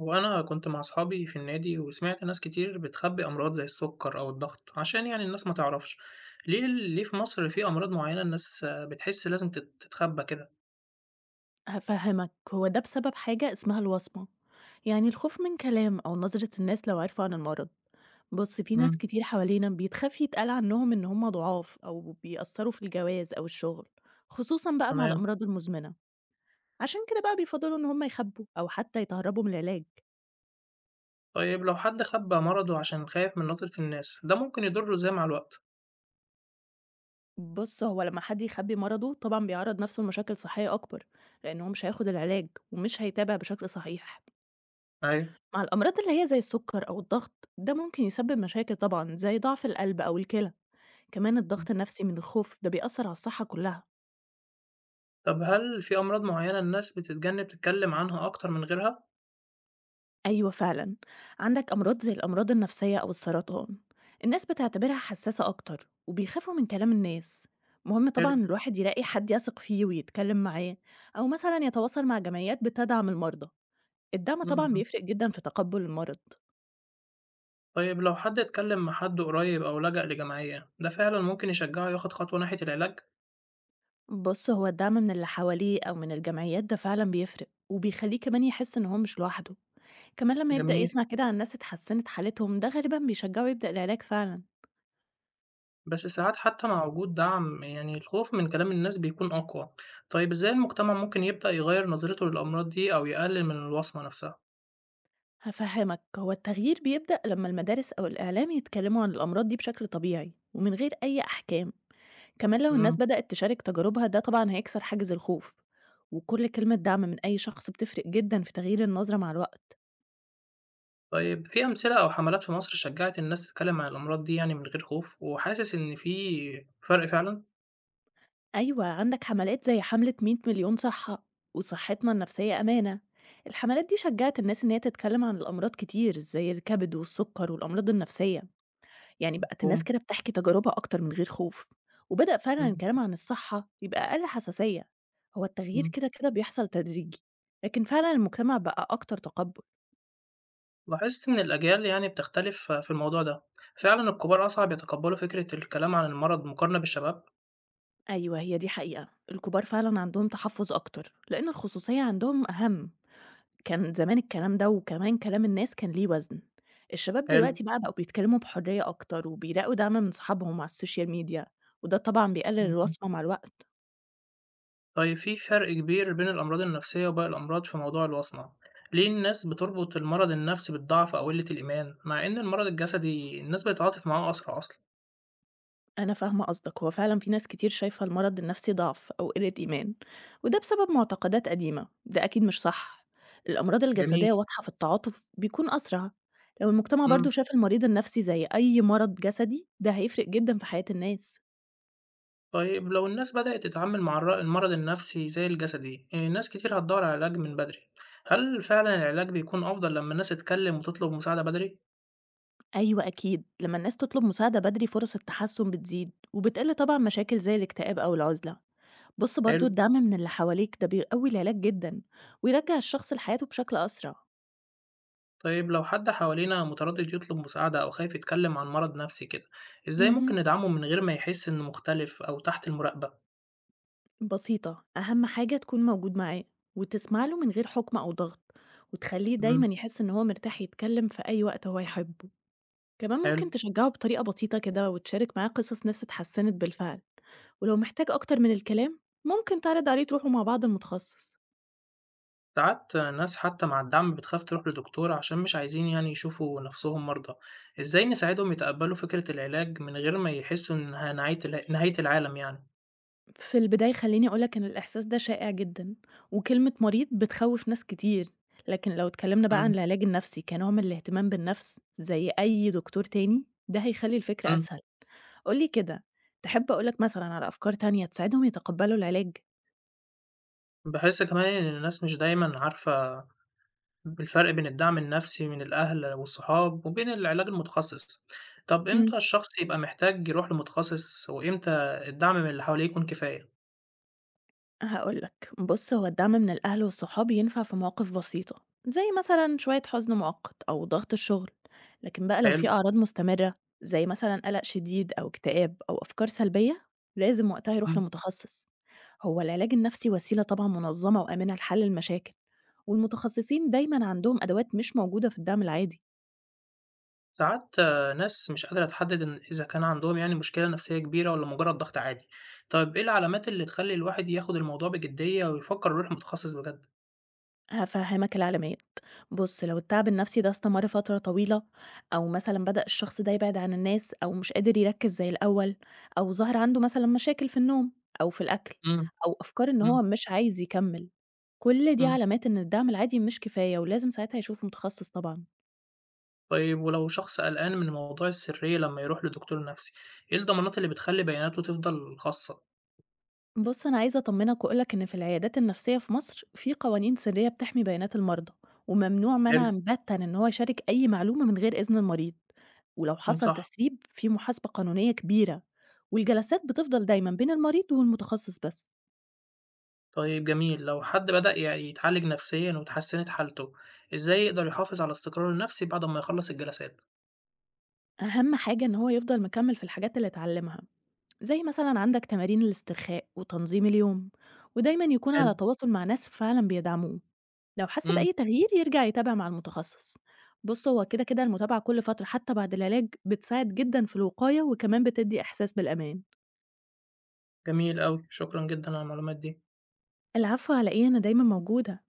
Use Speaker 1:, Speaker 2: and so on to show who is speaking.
Speaker 1: هو أنا كنت مع أصحابي في النادي وسمعت ناس كتير بتخبي أمراض زي السكر أو الضغط عشان يعني الناس ما تعرفش. ليه في مصر في أمراض معينة الناس بتحس لازم تتخبى كده؟
Speaker 2: هافهمك، هو ده بسبب حاجة اسمها الوصمة، يعني الخوف من كلام أو نظرة الناس لو عرفوا عن المرض. بُص، في ناس
Speaker 1: امم.
Speaker 2: كتير حوالينا بيتخاف يتقال عنهم إن هم ضعاف أو بيأثّروا في الجواز أو الشغل، خصوصًا بقى مع
Speaker 1: تمام.
Speaker 2: الأمراض المزمنة، عشان كده بقى بيفضّلوا إن هم يخبّوا أو حتى يتهرّبوا من العلاج.
Speaker 1: طيب لو حد خبى مرضه عشان خايف من نظرة الناس ده ممكن يضره إزاي مع الوقت؟
Speaker 2: بُص، هو لمّا حد يخبّي مرضه طبعًا بيعرّض نَفْسه لمشاكل صحية أكبر، لإن هو مش هياخد العلاج ومش هيتابع بشكل صحيح.
Speaker 1: أيوه.
Speaker 2: مع الأمراض اللي هي زي السكر أو الضغط ده ممكن يسبب مشاكل طبعا زي ضعف القلب أو الكلى، كمان
Speaker 1: مم.
Speaker 2: الضغط النفسي من الخوف ده بيأثر على الصحة كلها.
Speaker 1: طب هل في أمراض معينة الناس بتتجنب تتكلم عنها أكتر من غيرها؟
Speaker 2: أيوة فعلا، عندك أمراض زي الأمراض النفسية أو السرطان، الناس بتعتبرها حساسة أكتر وبيخافوا من كلام الناس. مهم طبعا
Speaker 1: حلو.
Speaker 2: الواحد يلاقي حد يثق فيه ويتكلم معاه، أو مثلا يتواصل مع جمعيات بتدعم المرضى. الدعم طبعا
Speaker 1: مم.
Speaker 2: بيفرق جدا في تقبل المرض.
Speaker 1: طيب لو حد اتكلم مع حد قريب أو لجأ لجمعية ده فعلا ممكن يشجعه ياخد خطوة ناحية العلاج؟
Speaker 2: بص، هو الدعم من اللي حواليه أو من الجمعيات ده فعلا بيفرق وبيخليه كمان يحس إن هو مش لوحده. كمان لمّا يبدأ
Speaker 1: جميل.
Speaker 2: يسمع كده عن ناس اتحسنت حالتهم، ده غالبًا بيشجعه يبدأ العلاج فعلًا.
Speaker 1: بس ساعات حتى مع وجود دعم يعني الخوف من كلام الناس بيكون أقوى. طيب إزاي المجتمع ممكن يبدأ يغير نظرته للأمراض دي أو يقلل من الوصمة نفسها؟
Speaker 2: هافهمك، هو التغيير بيبدأ لمّا المدارس أو الإعلام يتكلموا عن الأمراض دي بشكل طبيعي ومن غير أي أحكام، كمان لو الناس
Speaker 1: مم.
Speaker 2: بدأت تشارك تجاربها ده طبعًا هيكسر حاجز الخوف، وكل كلمة دعم من أي شخص بتفرق جدًا في تغيير النظرة مع الوقت.
Speaker 1: طيب في أمثلة أو حملات في مصر شجعت الناس تتكلم عن الأمراض دي يعني من غير خوف وحاسس إن في فرق فعلا؟
Speaker 2: أيوه، عندك حملات زي حملة 100 مليون صحة وصحتنا النفسية أمانة، الحملات دي شجعت الناس إن هي تتكلم عن الأمراض كتير زي الكبد والسكر والأمراض النفسية. يعني بقت الناس
Speaker 1: مفهوم.
Speaker 2: كده بتحكي تجاربها أكتر من غير خوف، وبدأ فعلًا
Speaker 1: مم.
Speaker 2: الكلام عن الصحة يبقى أقل حساسية، هو التغيير
Speaker 1: مم.
Speaker 2: كده كده بيحصل تدريجي، لكن فعلًا المجتمع بقى أكتر تقبُّل.
Speaker 1: لاحظت إن الأجيال يعني بتختلف في الموضوع ده، فعلا الكبار أصعب يتقبلوا فكرة الكلام عن المرض مقارنة بالشباب؟
Speaker 2: أيوه هي دي حقيقة، الكبار فعلًا عندهم تحفُّظ أكتر، لإن الخصوصية عندهم أهم، كان زمان الكلام ده وكمان كلام الناس كان ليه وزن، الشباب
Speaker 1: حلو.
Speaker 2: دلوقتي بقى بقوا بيتكلموا بحرية أكتر وبيلاقوا دعم من صحابهم على السوشيال ميديا، وده طبعًا بيقلل
Speaker 1: مم.
Speaker 2: الوصمة مع الوقت.
Speaker 1: طيب في فرق كبير بين الأمراض النفسية وباقي الأمراض في موضوع الوصمة، ليه الناس بتربط المرض النفسي بالضعف أو قلة الإيمان؟ مع إن المرض الجسدي الناس بتتعاطف معاه أسرع أصلًا.
Speaker 2: أنا فاهمة قصدك، هو فعلًا في ناس كتير شايفة المرض النفسي ضعف أو قلة إيمان، وده بسبب معتقدات قديمة، ده أكيد مش صح. الأمراض
Speaker 1: جميل.
Speaker 2: الجسدية واضحة في التعاطف بيكون أسرع، لو المجتمع
Speaker 1: إمم.
Speaker 2: برضه شاف المريض النفسي زي أي مرض جسدي ده هيفرق جدًا في حياة الناس.
Speaker 1: طيب لو الناس بدأت تتعامل مع المرض النفسي زي الجسدي، ناس كتير هتدوّر على علاج من بدري، هل فعلًا العلاج بيكون أفضل لمّا الناس تتكلم وتطلب مساعدة بدري؟
Speaker 2: أيوه أكيد، لما الناس تطلب مساعدة بدري فرص التحسن بتزيد، وبتقل طبعًا مشاكل زي الاكتئاب أو العزلة. بُص برضه
Speaker 1: حلو.
Speaker 2: الدعم من اللي حواليك ده بيقوي العلاج جدًا، ويرجع الشخص لحياته بشكل أسرع.
Speaker 1: طيب لو حد حوالينا متردد يطلب مساعدة أو خايف يتكلم عن مرض نفسي كده، إزاي ممكن
Speaker 2: اهم.
Speaker 1: ندعمه من غير ما يحس إنه مختلف أو تحت المراقبة؟
Speaker 2: بسيطة، أهم حاجة تكون موجود معاه وتسمع له من غير حكم أو ضغط، وتخليه
Speaker 1: إمم.
Speaker 2: دايما يحس إن هو مرتاح يتكلم في أي وقت هو يحبه. كمان
Speaker 1: حلو.
Speaker 2: ممكن تشجعه بطريقة بسيطة كده وتشارك معاه قصص ناس اتحسنت بالفعل، ولو محتاج أكتر من الكلام ممكن تعرض عليه تروحوا مع بعض المتخصص.
Speaker 1: ساعات ناس حتى مع الدعم بتخاف تروح لدكتور عشان مش عايزين يعني يشوفوا نفسهم مرضى. ازاي نساعدهم يتقبلوا فكرة العلاج من غير ما يحسوا انها نهاية نهاية العالم يعني؟
Speaker 2: في البداية خليني أقولك إن الإحساس ده شائع جدا، وكلمة مريض بتخوف ناس كتير، لكن لو اتكلمنا بقى عن
Speaker 1: امم.
Speaker 2: العلاج النفسي كنوع من الاهتمام بالنفس زي أي دكتور تاني ده هيخلي الفكرة
Speaker 1: امم.
Speaker 2: أسهل. قُل لي كده، تحب أقول لك مثلًا على أفكار تانية تساعدهم يتقبّلوا العلاج؟
Speaker 1: بحس كمان ان الناس مش دايما عارفة الفرق بين الدعم النفسي من الاهل والصحاب وبين العلاج المتخصص. طب
Speaker 2: إمم.
Speaker 1: امتى الشخص يبقى محتاج يروح لمتخصص وامتى الدعم من اللي حواليه يكون كفاية؟
Speaker 2: هاقول لك، بُص هو الدعم من الأهل والصحاب ينفع في مواقف بسيطة، زي مثلًا شوية حزن مؤقت أو ضغط الشغل، لكن بقى لو
Speaker 1: حلو.
Speaker 2: في أعراض مستمرة زي مثلًا قلق شديد أو اكتئاب أو أفكار سلبية، لازم وقتها يروح لمتخصص. هو العلاج النفسي وسيلة طبعًا منظمة وآمنة لحل المشاكل، والمتخصصين دايمًا عندهم أدوات مش موجودة في الدعم العادي.
Speaker 1: ساعات ناس مش قادرة تحدد إن إذا كان عندهم يعني مشكلة نفسية كبيرة ولا مجرد ضغط عادي، طيب إيه العلامات اللي تخلي الواحد ياخد الموضوع بجدية ويفكر يروح لمتخصص بجد؟
Speaker 2: هافهمك العلامات. بص لو التعب النفسي ده استمر فترة طويلة، أو مثلا بدأ الشخص ده يبعد عن الناس أو مش قادر يركز زي الأول، أو ظهر عنده مثلا مشاكل في النوم أو في الأكل،
Speaker 1: إمم.
Speaker 2: أو أفكار إن
Speaker 1: إمم.
Speaker 2: هو مش عايز يكمل، كل دي
Speaker 1: إمم.
Speaker 2: علامات إن الدعم العادي مش كفاية ولازم ساعتها يشوف متخصص طبعا.
Speaker 1: طيب ولو شخص قلقان من موضوع السرية لما يروح لدكتور نفسي، إيه الضمانات اللي بتخلي بياناته تفضل خاصة؟
Speaker 2: بص أنا عايزة أطمنك وأقولك إن في العيادات النفسية في مصر في قوانين سرية بتحمي بيانات المرضى، وممنوع
Speaker 1: حلو.
Speaker 2: منعا باتا إن هو يشارك أي معلومة من غير إذن المريض، ولو
Speaker 1: إمم.
Speaker 2: حصل
Speaker 1: صح.
Speaker 2: تسريب في محاسبة قانونية كبيرة، والجلسات بتفضل دايما بين المريض والمتخصص بس.
Speaker 1: طيب جميل، لو حد بدأ يعني يتعالج نفسيًا واتحسنت حالته، إزاي يقدر يحافظ على استقراره النفسي بعد ما يخلص الجلسات؟
Speaker 2: أهم حاجة إن هو يفضل مكمل في الحاجات اللي اتعلمها، زي مثلا عندك تمارين الاسترخاء وتنظيم اليوم، ودايما يكون على
Speaker 1: حلو.
Speaker 2: تواصل مع ناس فعلا بيدعموه. لو حس
Speaker 1: إمم.
Speaker 2: بأي تغيير يرجع يتابع مع المتخصص. بص هو كده كده المتابعة كل فترة حتى بعد العلاج بتساعد جدا في الوقاية وكمان بتدي إحساس بالأمان.
Speaker 1: جميل أوي، شكرًا جدًا على المعلومات دي.
Speaker 2: العفو على إيه، أنا دايما موجودة.